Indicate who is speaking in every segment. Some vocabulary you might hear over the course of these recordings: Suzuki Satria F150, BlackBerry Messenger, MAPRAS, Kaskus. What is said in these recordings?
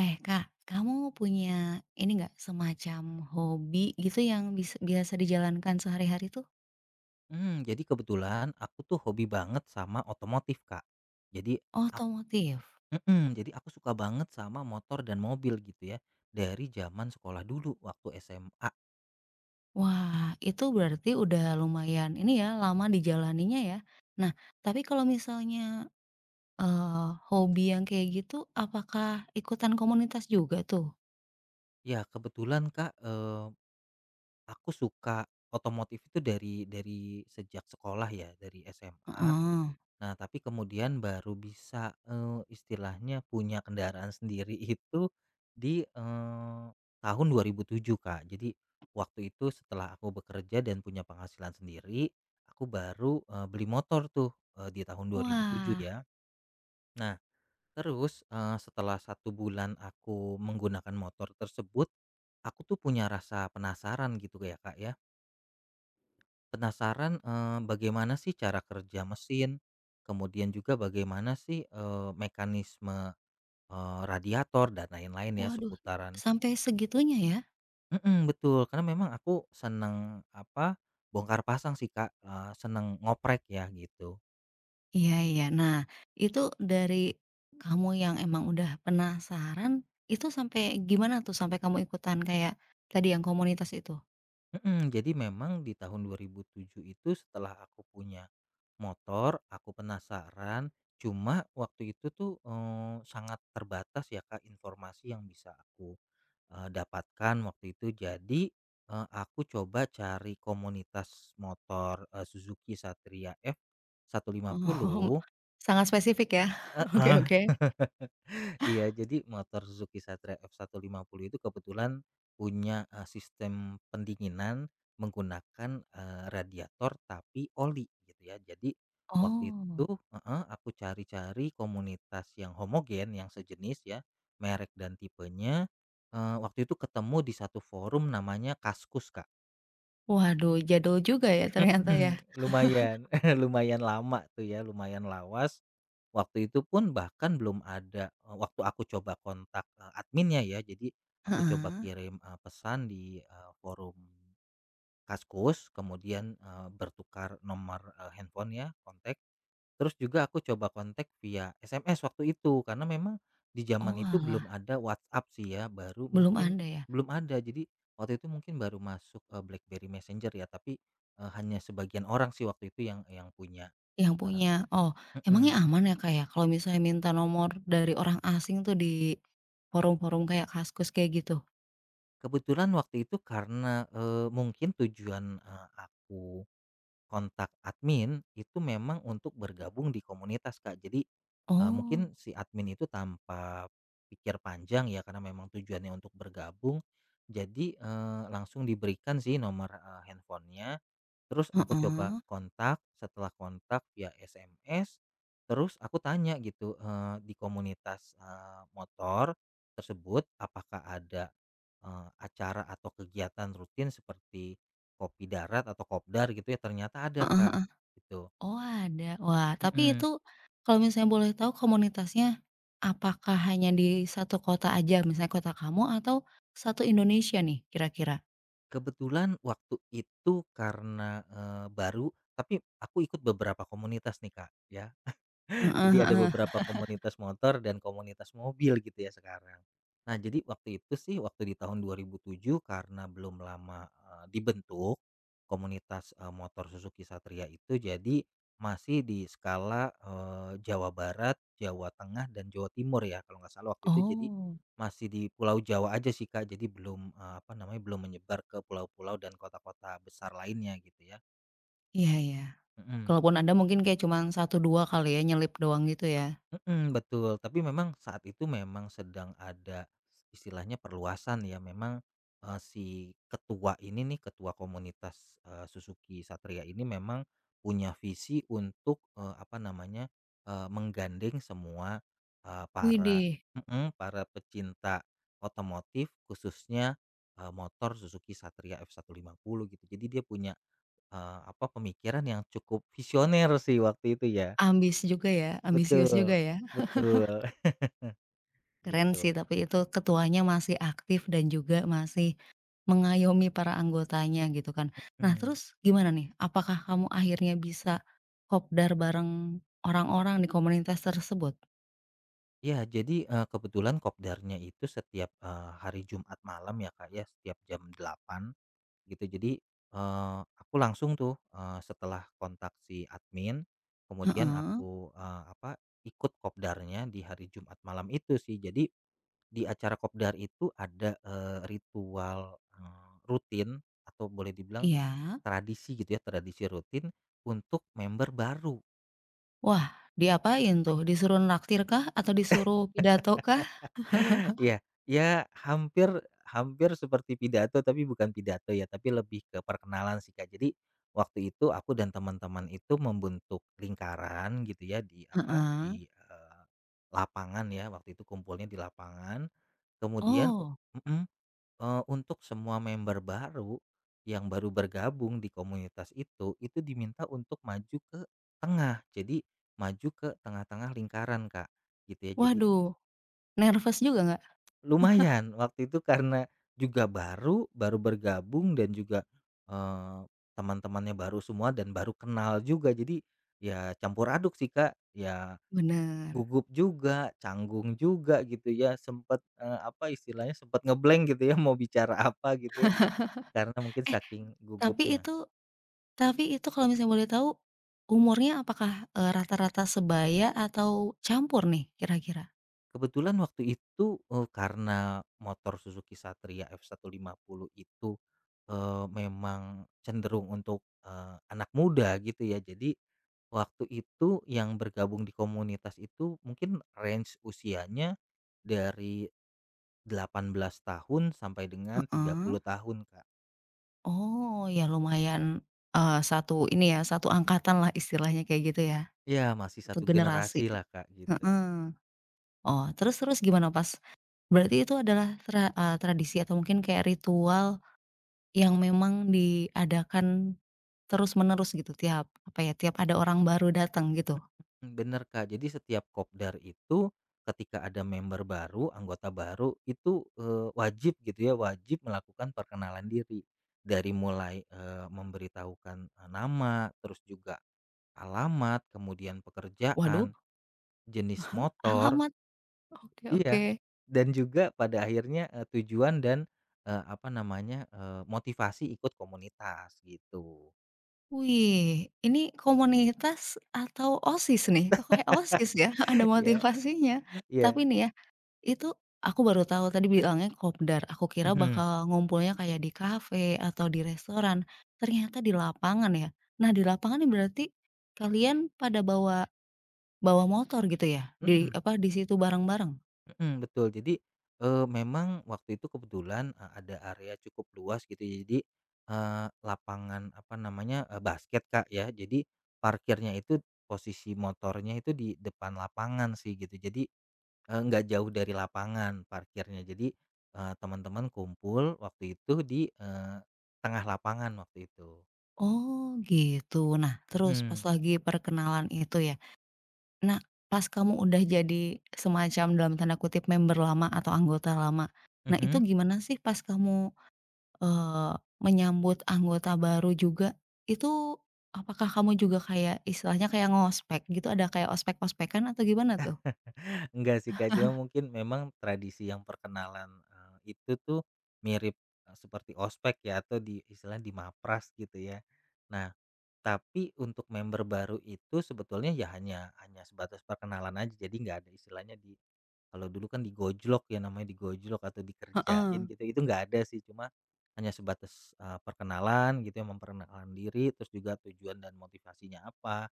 Speaker 1: Eh Kak, kamu punya ini nggak, semacam hobi gitu yang bisa biasa dijalankan sehari-hari tuh?
Speaker 2: Jadi kebetulan aku tuh hobi banget sama otomotif, Kak. Jadi ak
Speaker 1: Otomotif?
Speaker 2: mhm, jadi aku suka banget sama motor dan mobil gitu ya, dari zaman sekolah dulu waktu SMA.
Speaker 1: Wah, itu berarti udah lumayan ini ya, lama dijalaninya ya. Nah, tapi kalau misalnya, hobi yang kayak gitu, apakah ikutan komunitas juga tuh?
Speaker 2: Ya kebetulan, Kak, aku suka otomotif itu dari sejak sekolah ya, dari SMA.
Speaker 1: Heeh.
Speaker 2: Nah, tapi kemudian baru bisa, istilahnya punya kendaraan sendiri itu di, tahun 2007, Kak. Jadi waktu itu setelah aku bekerja dan punya penghasilan sendiri, aku baru, beli motor tuh, di tahun 2007
Speaker 1: Wah,
Speaker 2: ya. Nah, terus, setelah satu bulan aku menggunakan motor tersebut, aku tuh punya rasa penasaran gitu ya, Kak, ya. Penasaran, bagaimana sih cara kerja mesin, kemudian juga bagaimana sih, mekanisme, radiator dan lain-lain ya
Speaker 1: waduh,
Speaker 2: seputaran
Speaker 1: sampai segitunya ya?
Speaker 2: mhm, betul, karena memang aku seneng, apa, bongkar pasang sih, Kak, seneng ngoprek ya gitu.
Speaker 1: Iya, iya. Nah, itu dari kamu yang emang udah penasaran, itu sampai gimana tuh? Sampai kamu ikutan kayak tadi yang komunitas itu?
Speaker 2: Mhm, jadi memang di tahun 2007 itu setelah aku punya motor, aku penasaran, cuma waktu itu tuh, sangat terbatas ya, Kak, informasi yang bisa aku dapatkan waktu itu. Jadi, aku coba cari komunitas motor, Suzuki Satria
Speaker 1: Oh,
Speaker 2: F150.
Speaker 1: sangat spesifik ya. Oke,
Speaker 2: Heeh.
Speaker 1: oke.
Speaker 2: Iya, jadi motor Suzuki Satria F150 itu kebetulan punya, sistem pendinginan menggunakan, radiator tapi oli gitu ya. Jadi waktu itu,
Speaker 1: Oh.
Speaker 2: heeh, aku cari-cari komunitas yang homogen, yang sejenis ya, merek dan tipenya, waktu itu ketemu di satu forum namanya Kaskus, Kak.
Speaker 1: Waduh, jadul juga ya ternyata ya.
Speaker 2: Mhm, lumayan, lumayan lama tuh ya, lumayan lawas. Waktu itu pun bahkan belum ada, waktu aku coba kontak, adminnya ya, jadi aku coba
Speaker 1: Heeh.
Speaker 2: kirim, pesan di, forum Kaskus, kemudian, bertukar nomor, handphone ya, kontak. Terus juga aku coba kontak via SMS waktu itu, karena memang di zaman itu
Speaker 1: Oalah,
Speaker 2: belum ada WhatsApp sih ya, baru
Speaker 1: belum
Speaker 2: mungkin
Speaker 1: ada ya
Speaker 2: belum ada. Jadi waktu itu mungkin baru masuk, BlackBerry Messenger ya, tapi, hanya sebagian orang sih waktu itu yang punya.
Speaker 1: yang
Speaker 2: eee
Speaker 1: punya. Oh,
Speaker 2: mhm.
Speaker 1: emangnya aman ya, kayak kalau misalnya minta nomor dari orang asing tuh di forum-forum kayak Kaskus kayak gitu?
Speaker 2: Kebetulan waktu itu karena, mungkin tujuan, aku kontak admin itu memang untuk bergabung di komunitas, Kak. Jadi,
Speaker 1: Oh,
Speaker 2: mungkin si admin itu tanpa pikir panjang ya karena memang tujuannya untuk bergabung. Jadi, langsung diberikan sih nomor, handphonenya. Terus aku coba kontak, setelah kontak via SMS, terus aku tanya gitu, di komunitas, motor tersebut apakah ada, acara atau kegiatan rutin seperti kopi darat atau kopdar gitu ya, ternyata ada,
Speaker 1: heeh,
Speaker 2: Kak,
Speaker 1: heeh.
Speaker 2: gitu.
Speaker 1: Oh ada. Wah, tapi
Speaker 2: Mhm.
Speaker 1: itu kalau misalnya boleh tahu komunitasnya apakah hanya di satu kota aja, misalnya kota kamu atau satu Indonesia nih kira-kira?
Speaker 2: Kebetulan waktu itu karena, baru, tapi aku ikut beberapa komunitas nih, Kak, ya.
Speaker 1: Heeh,
Speaker 2: Jadi ada
Speaker 1: heeh.
Speaker 2: beberapa komunitas motor dan komunitas mobil gitu ya sekarang. Nah, jadi waktu itu sih waktu di tahun 2007 karena belum lama, dibentuk komunitas, motor Suzuki Satria itu jadi masih di skala, Jawa Barat, Jawa Tengah, dan Jawa Timur ya kalau nggak salah waktu itu jadi
Speaker 1: Oh,
Speaker 2: masih di Pulau Jawa aja sih, Kak, jadi belum, apa namanya, belum menyebar ke pulau-pulau dan kota-kota besar lainnya gitu ya,
Speaker 1: iya, iya.
Speaker 2: mhm.
Speaker 1: Kalaupun ada mungkin kayak cuma satu 2 kali ya nyelip doang gitu ya?
Speaker 2: Mhm, betul. Tapi memang saat itu memang sedang ada istilahnya perluasan ya. Memang, si ketua ini nih, ketua komunitas, Suzuki Satria ini memang punya visi untuk, apa namanya, menggandeng semua, eee, para
Speaker 1: Widih,
Speaker 2: mhm, para pecinta otomotif khususnya, motor Suzuki Satria F150 gitu. Jadi dia punya, apa, pemikiran yang cukup visioner sih waktu itu ya.
Speaker 1: ambis juga ya, ambisius juga
Speaker 2: Betul,
Speaker 1: ya?
Speaker 2: betul.
Speaker 1: Keren sih
Speaker 2: Gitu.
Speaker 1: tapi itu ketuanya masih aktif dan juga masih mengayomi para anggotanya gitu kan. Nah
Speaker 2: Mmm.
Speaker 1: terus gimana nih? Apakah kamu akhirnya bisa kopdar bareng orang-orang di komunitas tersebut?
Speaker 2: Iya, jadi, kebetulan kopdarnya itu setiap, hari Jumat malam ya, Kak, ya, setiap jam 8 gitu. Jadi, aku langsung tuh, setelah kontak si admin, kemudian
Speaker 1: Heeh,
Speaker 2: aku, apa, ikut kopdarnya di hari Jumat malam itu sih. Jadi di acara kopdar itu ada, ritual, rutin atau boleh dibilang
Speaker 1: iya.
Speaker 2: tradisi gitu ya, tradisi rutin untuk member baru.
Speaker 1: Wah, diapain tuh? Disuruh nraktir kah atau disuruh pidato kah?
Speaker 2: Iya, ya hampir hampir seperti pidato tapi bukan pidato ya, tapi lebih ke perkenalan sih, Kak. Jadi waktu itu aku dan teman-teman itu membentuk lingkaran gitu ya di apa,
Speaker 1: Heeh.
Speaker 2: di, lapangan ya, waktu itu kumpulnya di lapangan. Kemudian
Speaker 1: Oh,
Speaker 2: mhm, untuk semua member baru yang baru bergabung di komunitas itu diminta untuk maju ke tengah. Jadi maju ke tengah-tengah lingkaran, Kak, gitu ya. Jadi
Speaker 1: waduh, nervous juga nggak?
Speaker 2: lumayan, waktu itu karena juga baru baru bergabung dan juga, eee, teman-temannya baru semua dan baru kenal juga. Jadi ya campur aduk sih, Kak. Ya
Speaker 1: Bener.
Speaker 2: gugup juga, canggung juga gitu ya, sempet, apa istilahnya, sempet gitu ya mau bicara apa gitu ya, karena mungkin
Speaker 1: Eh,
Speaker 2: saking
Speaker 1: tapi
Speaker 2: gugupnya.
Speaker 1: itu Tapi itu kalau misalnya boleh tahu, umurnya apakah, rata-rata sebaya atau campur nih kira-kira?
Speaker 2: Kebetulan waktu itu, karena motor Suzuki Satria F150 itu, memang cenderung untuk, anak muda gitu ya. Jadi waktu itu yang bergabung di komunitas itu mungkin range usianya dari 18 tahun sampai dengan tiga
Speaker 1: Heeh.
Speaker 2: puluh tahun, Kak.
Speaker 1: Oh, ya lumayan, satu ini ya, satu angkatan lah istilahnya kayak gitu ya,
Speaker 2: Ya masih
Speaker 1: satu
Speaker 2: satu
Speaker 1: generasi.
Speaker 2: generasi lah, Kak, gitu.
Speaker 1: Heeh. Oh, terus terus gimana pas berarti itu adalah tradisi atau mungkin kayak ritual yang memang diadakan terus-menerus gitu tiap apa ya, tiap ada orang baru datang gitu?
Speaker 2: Mhm, bener, Kak, jadi setiap kopdar itu ketika ada member baru, anggota baru itu, wajib gitu ya, wajib melakukan perkenalan diri. Dari mulai, memberitahukan, nama, terus juga alamat, kemudian
Speaker 1: Waduh,
Speaker 2: pekerjaan, jenis motor.
Speaker 1: alamat, oke,
Speaker 2: Iya,
Speaker 1: oke.
Speaker 2: dan juga pada akhirnya, tujuan dan, apa namanya, motivasi ikut komunitas gitu.
Speaker 1: Wih, ini komunitas atau OSIS nih? Kok kayak OSIS ya? Ada
Speaker 2: Ya,
Speaker 1: motivasinya.
Speaker 2: ya.
Speaker 1: Tapi nih ya, itu aku baru tahu tadi bilangnya kopdar, aku kira
Speaker 2: Mhm,
Speaker 1: bakal ngumpulnya kayak di kafe atau di restoran, ternyata di lapangan ya. Nah, di lapangan ini berarti kalian pada bawa bawa motor gitu ya? Di
Speaker 2: mhm.
Speaker 1: apa, di situ bareng-bareng?
Speaker 2: Mhm, betul. Jadi, memang waktu itu kebetulan, ada area cukup luas gitu ya. Jadi, lapangan apa namanya, basket, Kak, ya. Jadi parkirnya itu posisi motornya itu di depan lapangan sih gitu. Jadi, nggak jauh dari lapangan parkirnya. Jadi, teman-teman kumpul waktu itu di, tengah lapangan waktu itu.
Speaker 1: Oh, gitu. Nah, terus pas
Speaker 2: Mhm,
Speaker 1: lagi perkenalan itu ya. Nah, pas kamu udah jadi semacam dalam tanda kutip member lama atau anggota lama. Nah, itu
Speaker 2: mhm.
Speaker 1: gimana sih pas kamu, eee, menyambut anggota baru juga? Itu apakah kamu juga kayak istilahnya kayak ngospek gitu, ada kayak ospek-ospekan atau gimana tuh?
Speaker 2: Enggak sih, Kak, cuma mungkin memang tradisi yang perkenalan, itu tuh mirip, seperti ospek ya atau di istilah di MAPRAS gitu ya. Nah, tapi untuk member baru itu sebetulnya ya hanya hanya sebatas perkenalan aja, jadi nggak ada istilahnya kalau dulu kan digojlok ya namanya digojlok atau dikerjain
Speaker 1: Heeh,
Speaker 2: gitu, itu nggak ada sih, cuma hanya sebatas, perkenalan gitu ya, memperkenalkan diri terus juga tujuan dan motivasinya apa.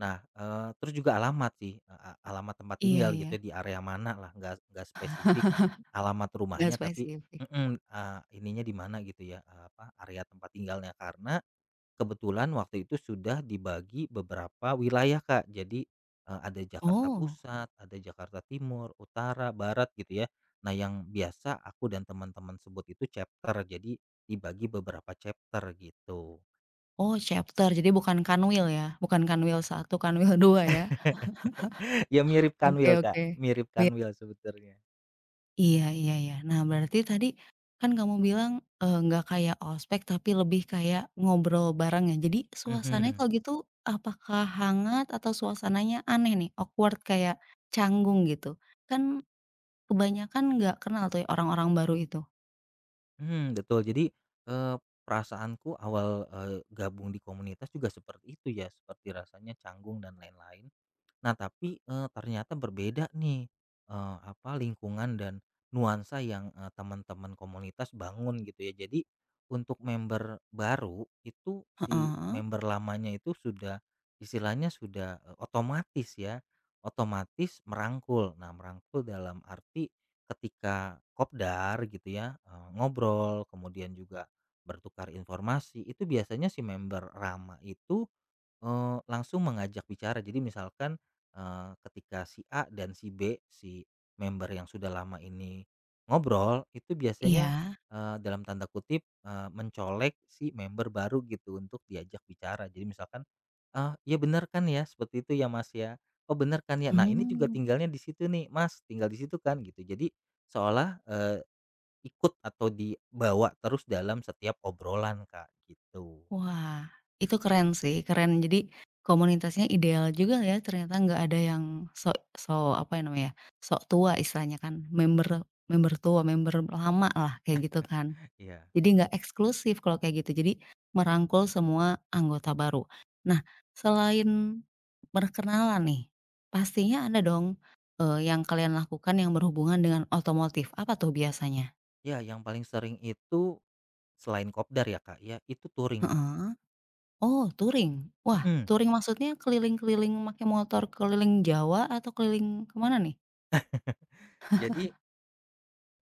Speaker 2: Nah, terus juga alamat sih, e a alamat tempat
Speaker 1: iya,
Speaker 2: tinggal gitu
Speaker 1: iya,
Speaker 2: ya, di area mana lah, nggak spesifik alamat
Speaker 1: nggak
Speaker 2: rumahnya tapi
Speaker 1: spesifik.
Speaker 2: ininya di mana gitu ya, apa, area tempat tinggalnya. Karena kebetulan waktu itu sudah dibagi beberapa wilayah, Kak. Jadi, ada Jakarta
Speaker 1: Oh
Speaker 2: Pusat, ada Jakarta Timur, Utara, Barat gitu ya. Nah, yang biasa aku dan teman-teman sebut itu chapter, jadi dibagi beberapa chapter gitu.
Speaker 1: oh chapter, jadi bukan kanwil ya? Bukan kanwil satu, kanwil 2 ya?
Speaker 2: Ya mirip
Speaker 1: Oke,
Speaker 2: Kanwil, Kak,
Speaker 1: oke.
Speaker 2: mirip
Speaker 1: Iya.
Speaker 2: Kanwil sebetulnya.
Speaker 1: Iya, iya, iya. Nah, berarti tadi kan kamu bilang, nggak kayak ospek tapi lebih kayak ngobrol bareng ya. Jadi suasananya mhm,
Speaker 2: Mhm,
Speaker 1: kalau gitu apakah hangat atau suasananya aneh nih, awkward kayak canggung gitu? Kan kebanyakan nggak kenal tuh ya orang-orang baru itu.
Speaker 2: mhm, betul. Jadi, eee, perasaanku awal, gabung di komunitas juga seperti itu ya, seperti rasanya canggung dan lain-lain. Nah tapi, ternyata berbeda nih, apa, lingkungan dan nuansa yang, teman-teman komunitas bangun gitu ya. Jadi untuk member baru itu si
Speaker 1: Heeh,
Speaker 2: member lamanya itu sudah istilahnya sudah, otomatis ya, otomatis merangkul. Nah merangkul dalam arti ketika kopdar gitu ya, ngobrol kemudian juga bertukar informasi, itu biasanya si member lama itu langsung mengajak bicara. Jadi misalkan, ketika si A dan si B, si member yang sudah lama ini ngobrol, itu biasanya,
Speaker 1: iya,
Speaker 2: dalam tanda kutip, "mencolek" si member baru gitu untuk diajak bicara. Jadi misalkan, "Ah, iya bener kan ya?" Seperti itu ya, Mas, ya. "Oh, bener kan ya? Nah, ini juga
Speaker 1: mmm.
Speaker 2: tinggalnya di situ nih, Mas, tinggal di situ kan?" Gitu. Jadi seolah, ikut atau dibawa terus dalam setiap obrolan, Kak, gitu.
Speaker 1: Wah, itu keren sih, keren. Jadi komunitasnya ideal juga ya, ternyata nggak ada yang sok sok apa ya namanya, ya, sok tua istilahnya kan, member member tua, member lama lah, kayak gitu kan.
Speaker 2: Iya.
Speaker 1: Jadi nggak eksklusif kalau kayak gitu, jadi merangkul semua anggota baru. Nah, selain berkenalan nih, pastinya ada dong, yang kalian lakukan yang berhubungan dengan otomotif, apa tuh biasanya?
Speaker 2: Ya, yang paling sering itu selain kopdar ya, Kak, ya, itu touring, Kak.
Speaker 1: Heeh. Oh, touring? Wah,
Speaker 2: Mhm,
Speaker 1: touring maksudnya keliling-keliling make motor keliling Jawa atau keliling kemana nih?
Speaker 2: jadi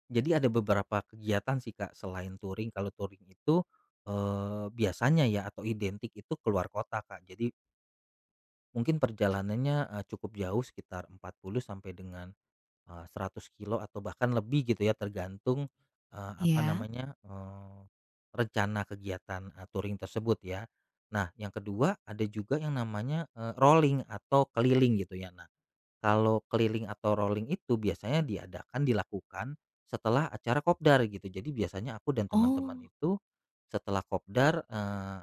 Speaker 2: jadi ada beberapa kegiatan sih, Kak, selain touring. Kalau touring itu, biasanya ya atau identik itu keluar kota, Kak. Jadi mungkin perjalanannya, cukup jauh sekitar 40 sampai dengan, 100 kilo atau bahkan lebih gitu ya tergantung, apa
Speaker 1: Iya.
Speaker 2: namanya, rencana kegiatan, touring tersebut ya. Nah, yang kedua ada juga yang namanya, rolling atau keliling gitu ya. Kalau keliling atau rolling itu biasanya diadakan dilakukan setelah acara kopdar gitu. Jadi biasanya aku dan teman-teman
Speaker 1: Oh,
Speaker 2: itu setelah kopdar, eh,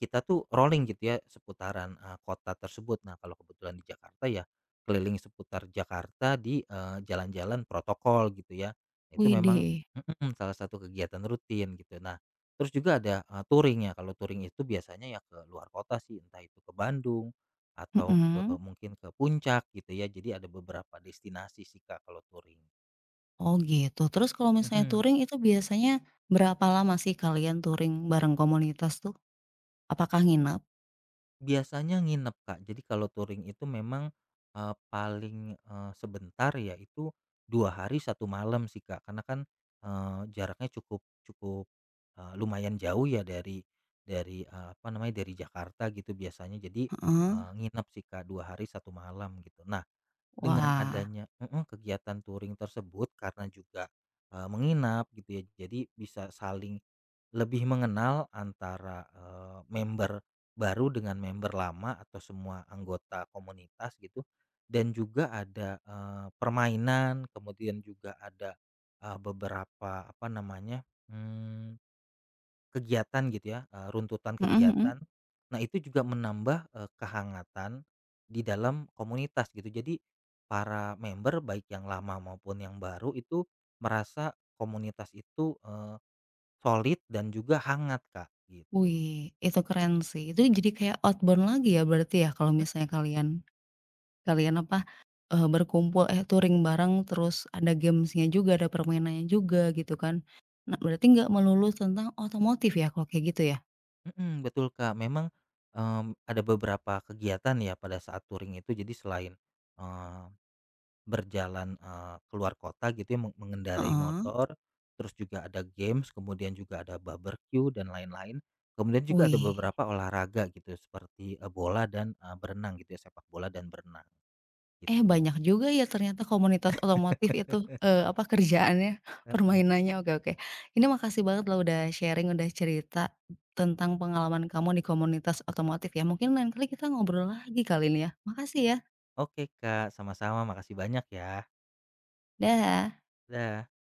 Speaker 2: kita tuh rolling gitu ya seputaran, kota tersebut. Nah, kalau kebetulan di Jakarta ya keliling seputar Jakarta di, jalan-jalan protokol gitu ya. Itu memang
Speaker 1: widih,
Speaker 2: salah satu kegiatan rutin gitu. Nah, terus juga ada, touring ya. Kalau touring itu biasanya ya ke luar kota sih, entah itu ke Bandung atau
Speaker 1: mhm.
Speaker 2: mungkin ke Puncak gitu ya. Jadi ada beberapa destinasi sih, Kak, kalau touring.
Speaker 1: Oh, gitu. Terus kalau misalnya
Speaker 2: Mhm.
Speaker 1: touring itu biasanya berapa lama sih kalian touring bareng komunitas tuh? Apakah nginep?
Speaker 2: Biasanya nginep, Kak. Jadi kalau touring itu memang, paling, sebentar yaitu 2 hari 1 malam sih, Kak. Karena kan, jaraknya cukup cukup, lumayan jauh ya dari, apa namanya, dari Jakarta gitu biasanya. Jadi,
Speaker 1: Heeh.
Speaker 2: nginep sih, Kak, 2 hari 1 malam gitu. Nah, dengan
Speaker 1: Wah,
Speaker 2: adanya kegiatan touring tersebut karena juga, menginap gitu ya, jadi bisa saling lebih mengenal antara, member baru dengan member lama atau semua anggota komunitas gitu, dan juga ada, permainan, kemudian juga ada, beberapa apa namanya, mmm, kegiatan gitu ya, runtutan
Speaker 1: mhm, mhm.
Speaker 2: kegiatan. Nah itu juga menambah, kehangatan di dalam komunitas gitu. Jadi para member baik yang lama maupun yang baru itu merasa komunitas itu solid dan juga hangat, Kak, gitu.
Speaker 1: Wih, itu keren sih. Itu jadi kayak outbound lagi ya berarti ya kalau
Speaker 2: M
Speaker 1: misalnya kalian. Kalian apa, berkumpul, eh, touring bareng terus ada gamesnya juga, ada permainannya juga gitu kan. Nah berarti nggak melulu tentang otomotif ya kalau kayak gitu ya?
Speaker 2: mhm, betul, Kak, memang, ada beberapa kegiatan ya pada saat touring itu jadi selain, eee, berjalan, keluar kota gitu ya mengendarai
Speaker 1: Heeh.
Speaker 2: motor, terus juga ada games, kemudian juga ada barbecue dan lain-lain, kemudian juga ada
Speaker 1: Wih,
Speaker 2: beberapa olahraga gitu seperti, bola dan, berenang gitu ya, sepak bola dan berenang
Speaker 1: eh,
Speaker 2: gitu.
Speaker 1: banyak juga ya ternyata komunitas otomotif itu, apa kerjaannya, permainannya, oke, oke. Ini makasih banget loh udah sharing, udah cerita tentang pengalaman kamu di komunitas otomotif ya. Mungkin lain kali kita ngobrol lagi kali ini ya. Makasih ya,
Speaker 2: Oke, Kak, sama-sama, makasih banyak ya.
Speaker 1: dah.
Speaker 2: Dah.